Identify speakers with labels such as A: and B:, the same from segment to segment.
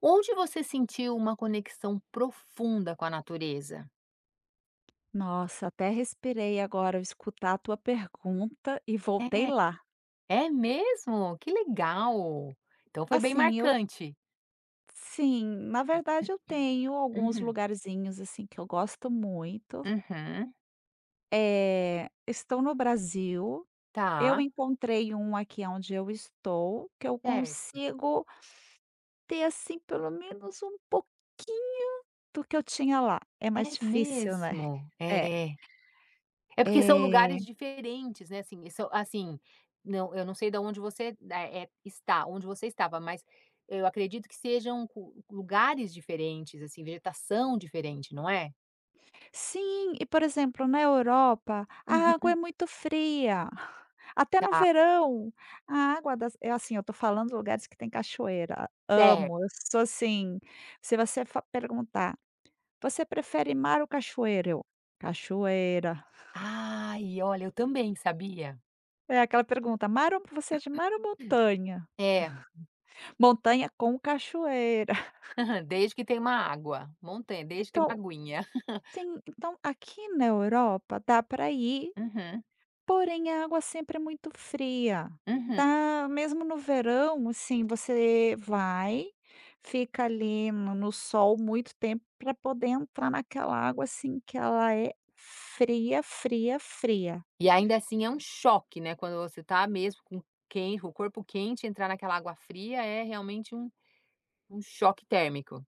A: Onde você sentiu uma conexão profunda com a natureza?
B: Nossa, até respirei agora ao escutar a tua pergunta e voltei
A: É.
B: lá.
A: É mesmo? Que legal! Então foi bem
B: Assim, eu
A: marcante.
B: sim, na verdade eu tenho alguns
A: Uhum.
B: lugarzinhos assim que eu gosto muito.
A: Uhum.
B: Estou no Brasil. Eu
A: Tá,
B: encontrei um aqui onde eu estou, que eu
A: certo.
B: consigo ter assim pelo menos um pouquinho do que eu tinha lá. É mais
A: É
B: difícil, né?
A: mesmo?
B: É.
A: É. É porque são
B: É.
A: lugares diferentes, né, assim, são assim, não eu não sei da onde você, está onde você estava, mas eu acredito que sejam cu lugares diferentes, assim, vegetação diferente, não é?
B: Sim, e por exemplo, na Europa, a água
A: Uhum.
B: é muito fria. Até no
A: Tá,
B: verão, a água das é assim, eu tô falando lugares que tem cachoeira. Amo,
A: certo.
B: eu sou assim, se você fa perguntar: "Você prefere mar ou cachoeira?", eu: "Cachoeira".
A: Ai, olha, eu também, sabia?
B: É aquela pergunta: "Mar ou você é de mar ou montanha?".
A: É,
B: "Montanha com cachoeira".
A: desde que tem
B: Então,
A: uma aguinha.
B: sim, então aqui na Europa dá para ir.
A: Uhum,
B: Porém, a água sempre é muito fria.
A: uhum.
B: Tá mesmo no verão, assim, você vai, fica ali no sol muito tempo para poder entrar naquela água, assim, que ela é fria, fria, fria.
A: E ainda assim é um choque, né, quando você tá mesmo com quen o corpo quente, entrar naquela água fria é realmente um choque térmico.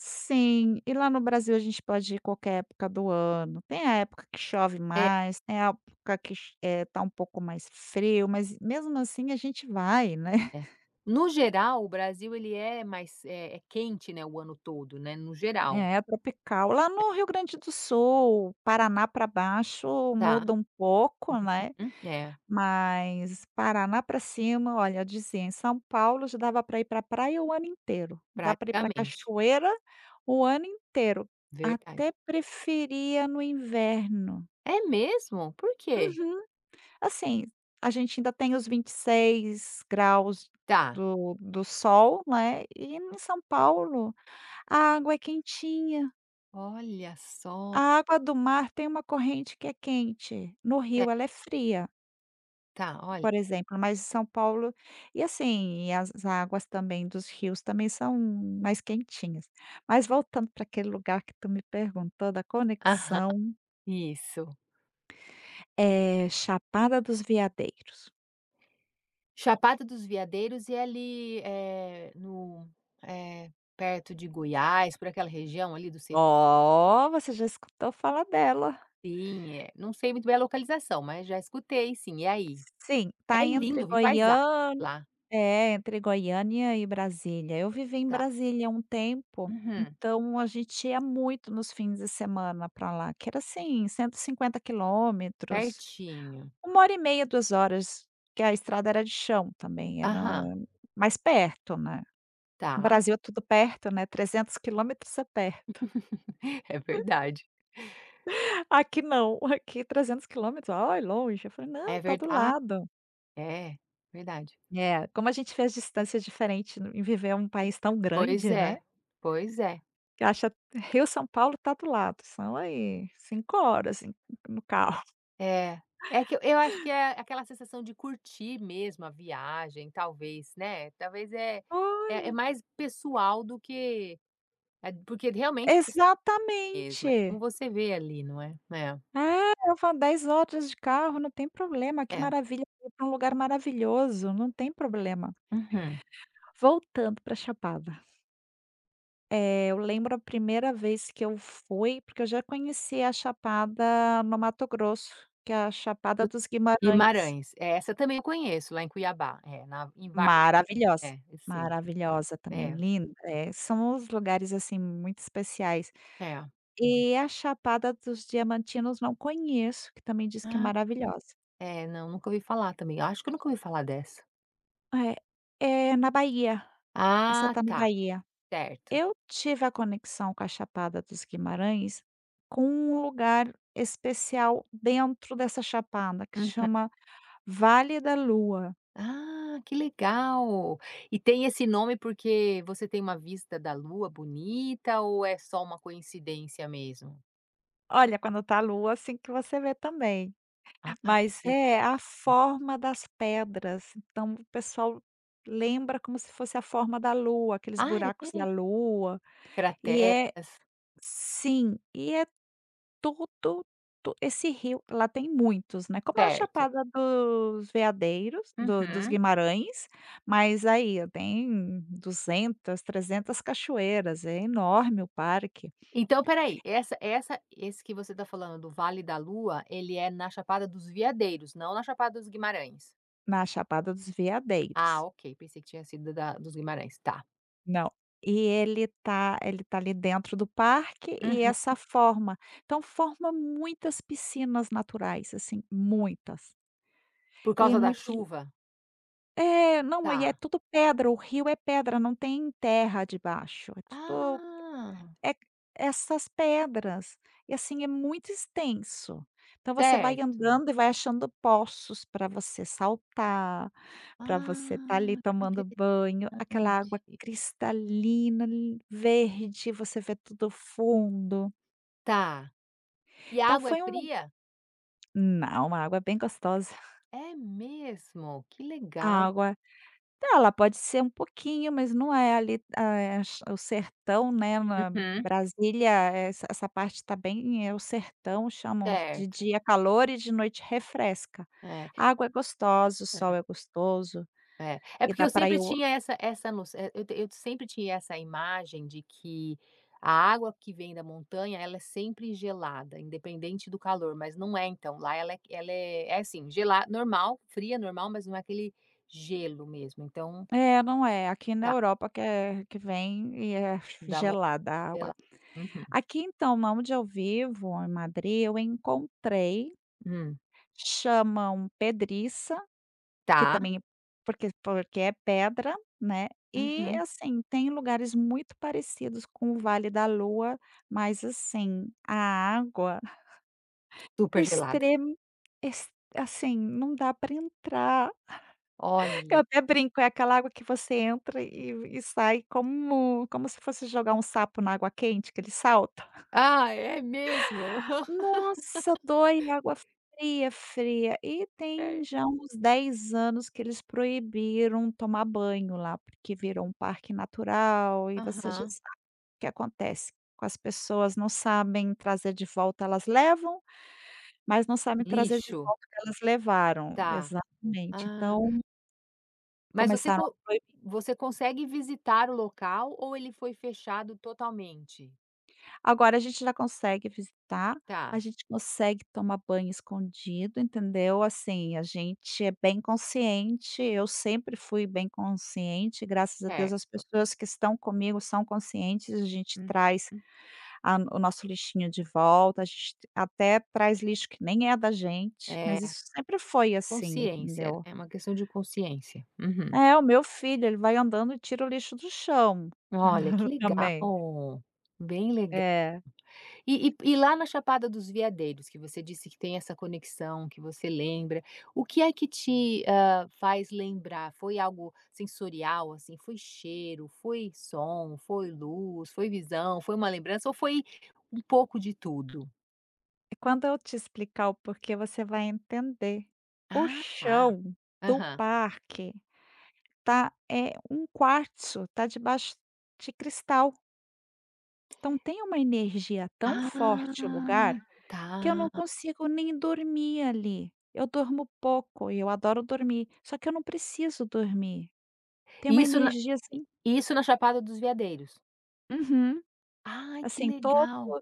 B: Sim, e lá no Brasil a gente pode ir qualquer época do ano. Tem a época que chove
A: É,
B: mais, tem a época que tá um pouco mais frio, mas mesmo assim a gente vai, né?
A: é. No geral, o Brasil ele é mais é quente, né, o ano todo, né, no geral.
B: É, tropical. Lá no Rio Grande do Sul, Paraná para baixo
A: Tá.
B: muda um pouco, né,
A: Uhum. É,
B: mas Paraná para cima, olha, eu dizia: "Em São Paulo já dava para ir para praia o ano inteiro, dá para ir para
A: praticamente.
B: cachoeira o ano inteiro".
A: Verdade.
B: Até preferia no inverno.
A: É mesmo? Por quê?
B: Uhum. Assim, a gente ainda tem os 26 graus
A: Tá.
B: do sol, né, e em São Paulo a água é quentinha.
A: Olha só.
B: A água do mar tem uma corrente que é quente, no Rio ela é fria,
A: Tá, olha.
B: por exemplo, mas em São Paulo e assim, e as águas também dos rios também são mais quentinhas. Mas voltando para aquele lugar que tu me perguntou da
A: Aham,
B: conexão,
A: isso.
B: é Chapada dos Veadeiros.
A: Chapada dos Veadeiros e ali, eh, no eh, perto de Goiás, por aquela região ali do Serrim,
B: Oh, você já escutou falar dela.
A: não sei muito bem a localização, mas já escutei sim. E aí?
B: Sim,
A: É
B: tá entre
A: lindo, vi paisagem
B: Goiânia,
A: lá.
B: é, entre Goiânia e Brasília. Eu vivi em
A: Tá.
B: Brasília um tempo,
A: Uhum.
B: então a gente ia muito nos fins de semana para lá, que era assim, 150 quilômetros,
A: Pertinho.
B: uma hora e meia, 2 horas, que a estrada era de chão também, era
A: Aham,
B: mais perto, né. No
A: tá.
B: Brasil é tudo perto, né. 300 quilômetros é perto.
A: É verdade.
B: Aqui não, aqui 300 quilômetros, "Ai, longe", eu falei:
A: É
B: "Não, tá
A: verdade.
B: do
A: Ah,
B: lado".
A: é. Verdade.
B: É, como a gente vê as distâncias diferentes no em viver um país tão
A: Pois
B: grande, né,
A: é, pois é.
B: que acha Rio, São Paulo tá do lado, são aí 5 horas no carro.
A: É. É que eu acho que é aquela sensação de curtir mesmo a viagem, talvez, né, talvez é
B: Oh,
A: é é mais pessoal do que é porque realmente é distante mesmo, é como
B: exatamente.
A: você vê ali, não é? É,
B: É, eu falo dez horas de carro, não tem problema, que
A: é.
B: maravilha, vou pra um lugar maravilhoso, não tem problema.
A: Uhum.
B: Voltando para Chapada, eu lembro a primeira vez que eu fui, porque eu já conhecia a Chapada no Mato Grosso, que é a Chapada dos Guimarães.
A: Guimarães, é, essa também eu conheço, lá em Cuiabá, é, na em Var
B: Maravilhosa,
A: é, sim,
B: maravilhosa também,
A: é,
B: linda, são uns lugares, assim, muito especiais.
A: é.
B: E a Chapada dos Diamantinos não conheço, que também diz que é
A: Ah,
B: maravilhosa.
A: é, não, nunca ouvi falar também, acho que eu nunca ouvi falar dessa.
B: É, é na Bahia, essa
A: Ah,
B: tá na
A: tá,
B: Bahia.
A: certo.
B: Eu tive a conexão com a Chapada dos Guimarães com um lugar especial dentro dessa chapada, que
A: Uhum.
B: chama Vale da Lua.
A: Ah, que legal! E tem esse nome porque você tem uma vista da lua bonita ou é só uma coincidência mesmo?
B: Olha, quando tá a lua, assim, que você vê também.
A: Ah,
B: Mas
A: le
B: é, a forma das pedras, então o pessoal lembra como se fosse a forma da lua, aqueles
A: ah,
B: buracos da
A: é?
B: lua, e é
A: Crateras.
B: sim, e é tudo tu esse rio lá tem muitos, né, como é a
A: Certo.
B: Chapada dos Veadeiros, do dos
A: Uhum.
B: Guimarães, mas aí ó, tem 200, 300 cachoeiras, é enorme o parque
A: Então, peraí, essa essa esse que você está falando, do Vale da Lua, ele é na Chapada dos Veadeiros, não na Chapada dos Guimarães?
B: na Chapada dos
A: Ah,
B: Veadeiros.
A: ok, pensei que tinha sido da dos Guimarães, tá.
B: Não. E ele tá ali dentro do parque e
A: Uhum.
B: essa forma. Então forma muitas piscinas naturais, assim, muitas.
A: Por
B: E
A: causa da
B: muitos
A: chuva?
B: é, não, aí é
A: Tá.
B: tudo pedra, o rio é pedra, não tem terra debaixo, é tudo
A: Ah,
B: é essas pedras, e assim, é muito extenso. Então você vai
A: certo.
B: andando e vai achando poços para você saltar, para você estar ali
A: Ah, que
B: tomando banho, aquela água
A: interessante.
B: cristalina, li verde, você vê tudo fundo.
A: Tá. E a
B: Então
A: água é
B: foi um lu
A: fria?
B: não, uma água bem gostosa.
A: É mesmo? Que
B: A
A: legal.
B: água. Tá, ela pode ser um pouquinho, mas não é ali, eh, ch o sertão, né, na
A: Uhum.
B: Brasília, essa parte tá bem é o sertão, chamam de
A: Certo.
B: dia calor e de noite refresca.
A: É,
B: A água é gostosa, o
A: é,
B: sol é gostoso
A: é. É
B: e
A: porque
B: dá
A: eu
B: para
A: sempre
B: eu
A: tinha essa essa noç eh, eu te eu sempre tinha essa imagem de que a água que vem da montanha, ela é sempre gelada, independente do calor, mas não é então, lá ela é assim, gela normal, fria, normal, mas não é aquele gelo mesmo, então
B: é, não é, aqui na
A: tá,
B: Europa que é que vem e é
A: da montanha
B: gelada a água.
A: gela Uhum.
B: Aqui então, onde eu vivo, em Madrid, eu encontrei,
A: Hum.
B: chamam pedriça. Que
A: Tá.
B: também porque é pedra, né, e
A: Uhum.
B: assim, tem lugares muito parecidos com o Vale da Lua, mas assim, a água
A: Super gelada.
B: extremo assim, não dá para entrar. Eu
A: Olha.
B: até brinco, é aquela água que você entra e sai como se fosse jogar um sapo na água quente, que ele salta.
A: Ah, é mesmo?
B: Nossa, dói água fria, fria. E tem
A: É.
B: já uns 10 anos que eles proibiram tomar banho lá, porque virou um parque natural e você já
A: Aham.
B: sabe o que acontece com as pessoas, não sabem trazer de volta, elas levam, mas não sabem trazer de
A: Lixo,
B: volta o que elas levaram.
A: tá.
B: Exatamente.
A: Ah,
B: Então
A: mas você
B: começaram
A: co
B: a.
A: você consegue visitar o local ou ele foi fechado totalmente?
B: Agora a gente já consegue visitar, a
A: Tá.
B: gente consegue tomar banho escondido, entendeu. Assim, a gente é bem consciente, eu sempre fui bem consciente, graças a
A: É.
B: Deus as pessoas que estão comigo são conscientes, a gente traz
A: Uhum.
B: a o nosso lixinho de volta, a gente até traz lixo que nem é da gente,
A: É,
B: mas isso sempre foi assim,
A: consciência,
B: entendeu.
A: né, é uma questão de consciência. Uhum.
B: É, o meu filho, ele vai andando e tira o lixo do chão
A: Olha, que
B: também.
A: legal, bem legal.
B: É.
A: E lá na Chapada dos Veadeiros, que você disse que tem essa conexão, que você lembra, o que é que te, faz lembrar? Foi algo sensorial, assim? Foi cheiro, foi som, foi luz, foi visão, foi uma lembrança ou foi um pouco de tudo?
B: E quando eu te explicar o porquê, você vai entender. O
A: Ah, tá.
B: chão do
A: Aham.
B: parque tá é um quartzo, tá debaixo de cristal. Então tem uma energia tão forte o lugar,
A: Ah,
B: que eu não
A: tá.
B: consigo nem dormir ali. Eu durmo pouco e eu adoro dormir, só que eu não preciso dormir. Tem
A: E
B: uma
A: isso na
B: energia assim.
A: e isso na Chapada dos Veadeiros?
B: Uhum.
A: Ai, que
B: Assim, todo
A: legal.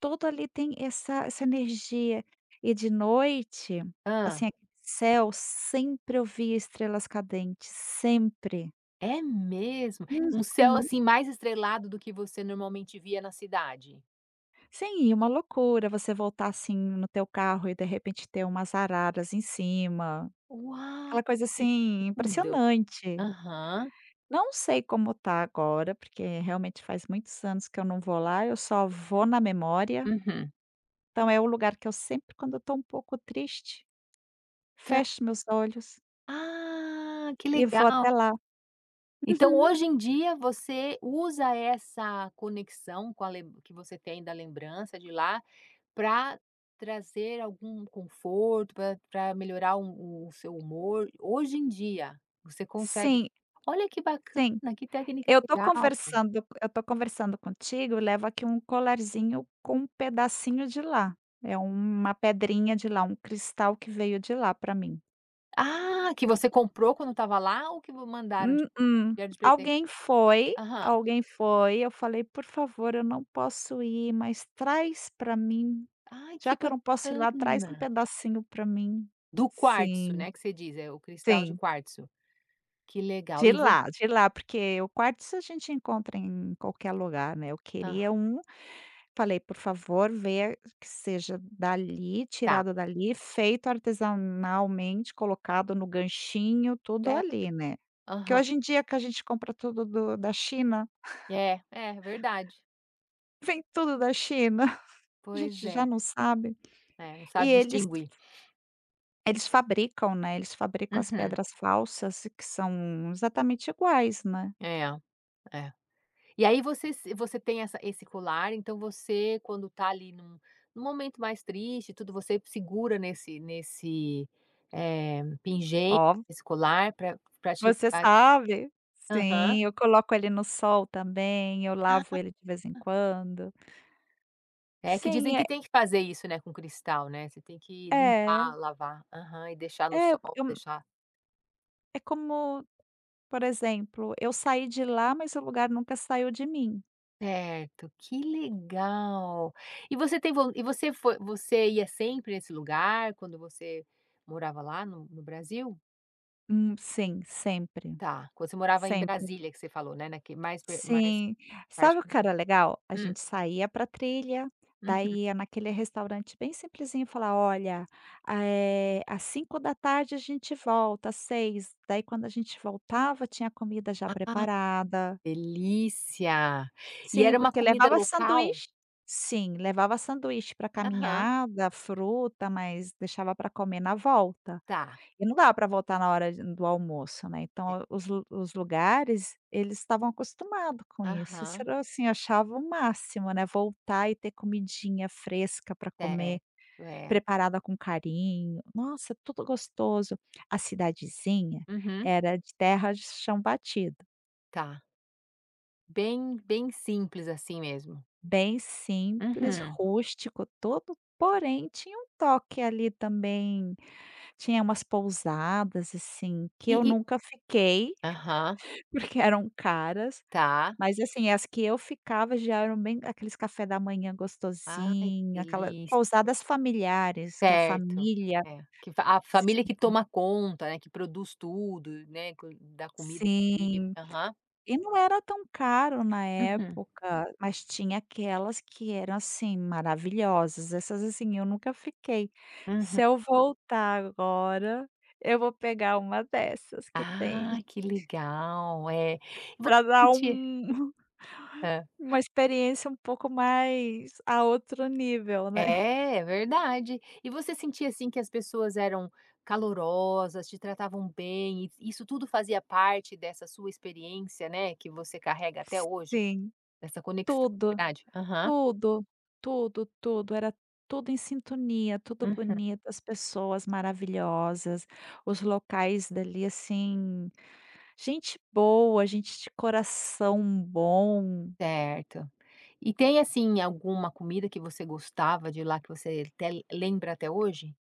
B: Todo ali tem essa energia. E de noite,
A: Ah.
B: assim, aquele céu, sempre eu via estrelas cadentes, sempre.
A: É mesmo? Um céu,
B: Uhum.
A: assim, mais estrelado do que você normalmente via na cidade?
B: Sim, e uma loucura você voltar, assim, no teu carro e de repente ter umas araras em cima,
A: Uau,
B: aquela coisa,
A: que
B: assim,
A: lindo.
B: impressionante.
A: Aham.
B: Não sei como tá agora, porque realmente faz muitos anos que eu não vou lá, eu só vou na memória,
A: Uhum.
B: então é o lugar que eu sempre, quando eu tô um pouco triste,
A: Tá.
B: fecho meus olhos
A: Ah, que
B: e vou
A: legal.
B: até lá.
A: Então,
B: Uhum.
A: hoje em dia, você usa essa conexão com a lem que você tem da lembrança de lá, para trazer algum conforto, para melhorar o seu humor? Hoje em dia, você consegue.
B: Sim,
A: Olha que
B: sim.
A: bacana, que técnica
B: Eu tô
A: legal.
B: conversando eu tô conversando contigo, leva aqui um colarzinho com um pedacinho de lá. É uma pedrinha de lá, um cristal que veio de lá pra mim.
A: Ah, que você comprou quando estava lá ou que vo mandaram de
B: Mm-mm.
A: deram de presente?
B: Alguém foi,
A: Aham.
B: alguém foi, eu falei: "Por favor, eu não posso ir, mas traz pra mim.
A: Ai, que
B: Já que eu não posso ir lá, traz um
A: bacana.
B: pedacinho pra mim".
A: Do quartzo,
B: Sim,
A: né, que você diz, é o cristal de
B: sim.
A: quartzo. Que legal.
B: De lá, porque o quartzo a gente encontra em qualquer lugar, né, eu
A: Hã,
B: queria um. Falei: "Por favor, veja que seja dali,
A: tá.
B: tirado dali, feito artesanalmente, colocado no ganchinho, tudo
A: É,
B: ali, né". Que
A: aham.
B: hoje em dia que a gente compra tudo do da China,
A: É, é verdade.
B: vem tudo da China, a
A: Pois
B: gente já
A: é.
B: não sabe.
A: É, não
B: E
A: sabe
B: eles
A: distinguir.
B: eles fabricam, né, eles fabricam as
A: Uhum.
B: pedras falsas que são exatamente iguais, né.
A: É, é. E aí você se você tem essa esse colar, então você quando tá ali num momento mais triste e tudo, você segura nesse pingente,
B: Ó,
A: esse colar pra te
B: você
A: levar
B: sabe.
A: aham.
B: Sim, eu coloco ele no sol também, eu lavo ele de vez em quando.
A: É que dizem
B: Sim, é,
A: que tem que fazer isso, né, com cristal, né, você tem que limpar,
B: é.
A: lavar. Aham, e deixar no
B: É,
A: sol,
B: eu
A: deixar
B: é como, por exemplo, eu saí de lá, mas o lugar nunca saiu de mim.
A: certo, que legal. E você tem von e você ia sempre nesse lugar quando você morava lá no Brasil?
B: Sim, sempre,
A: Tá, quando você morava em
B: sempre.
A: Brasília que você falou, né, naque mais pe mais
B: Sim.
A: parte
B: Sabe o que era legal? A
A: hum,
B: gente saía para trilha,
A: uhum.
B: daí ia naquele restaurante bem simplesinho, falar: "Olha, às 5 da tarde a gente volta, às 6". Daí quando a gente voltava, tinha a comida já
A: Ah,
B: preparada.
A: delícia. E
B: Sim,
A: era uma
B: porque
A: comida
B: levava
A: local?
B: sanduíche. Sim, levava sanduíche para
A: Aham.
B: caminhada, fruta, mas deixava para comer na volta.
A: Tá.
B: E não dava para voltar na hora de do almoço, né, então os lugares, eles estavam acostumados com isso. Isso
A: Aham,
B: era assim, eu achava o máximo, né, voltar e ter comidinha fresca para comer,
A: certo, é.
B: preparada com carinho. Nossa, tudo gostoso. A cidadezinha
A: Uhum,
B: era de terra de chão batido.
A: tá. Bem bem simples assim mesmo.
B: Bem simples,
A: Uhum.
B: rústico, todo, porém tinha um toque ali também, tinha umas pousadas, assim, que
A: E
B: eu
A: e
B: nunca fiquei,
A: aham,
B: porque eram caras,
A: tá.
B: mas assim, as que eu ficava já eram bem aqueles café da manhã
A: Ai, que
B: gostosinho, aquelas
A: delícia.
B: pousadas familiares que a
A: Certo.
B: família
A: É, que fa a família que toma conta, né, que produz tudo, né, co da comida inclusive.
B: sim.
A: Aham.
B: E não era tão caro na
A: Uhum,
B: época, mas tinha aquelas que eram, assim, maravilhosas, essas, assim, eu nunca fiquei.
A: uhum.
B: Se eu voltar agora, eu vou pegar uma dessas que tem,
A: Ah, que legal, é. E você
B: para dar
A: sentia
B: um
A: hã.
B: uma experiência um pouco mais a outro nível, né.
A: É, é verdade. E você sentia, assim, que as pessoas eram calorosas, te tratavam bem, e isso tudo fazia parte dessa sua experiência, né, que você carrega até hoje,
B: Sim,
A: dessa conexão,
B: tudo,
A: verdade? Aham.
B: tudo, tudo, tudo, era tudo em sintonia, tudo
A: Hum,
B: bonito, as pessoas maravilhosas, os locais dali, assim. Gente boa, gente de coração bom.
A: certo. E tem, assim, alguma comida que você gostava de lá que você até lembra até hoje?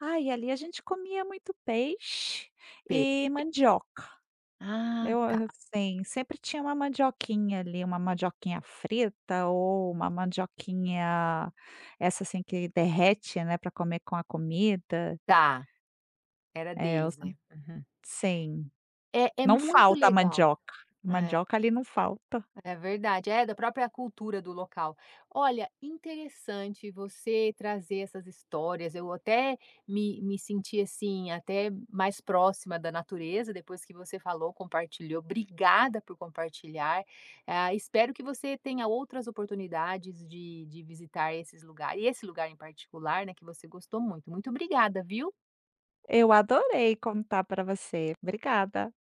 B: Ai, ali a gente comia muito peixe
A: Pe
B: e mandioca.
A: ah,
B: Eu,
A: tá.
B: assim, sempre tinha uma mandioquinha ali, uma mandioquinha frita ou uma mandioquinha essa, assim, que derrete, né, para comer com a comida.
A: Tá, era
B: É, eu
A: deles,
B: sem
A: né. Uhum.
B: sim,
A: É
B: não
A: muito
B: falta a
A: legal.
B: mandioca.
A: É.
B: Mandioca ali não falta.
A: É verdade, é da própria cultura do local. Olha, interessante você trazer essas histórias. Eu até me senti assim, até mais próxima da natureza depois que você falou, compartilhou. Obrigada por compartilhar. Ah, espero que você tenha outras oportunidades de visitar esses lugares, e esse lugar em particular, né, que você gostou muito. Muito obrigada, viu?
B: Eu adorei contar para você. Obrigada.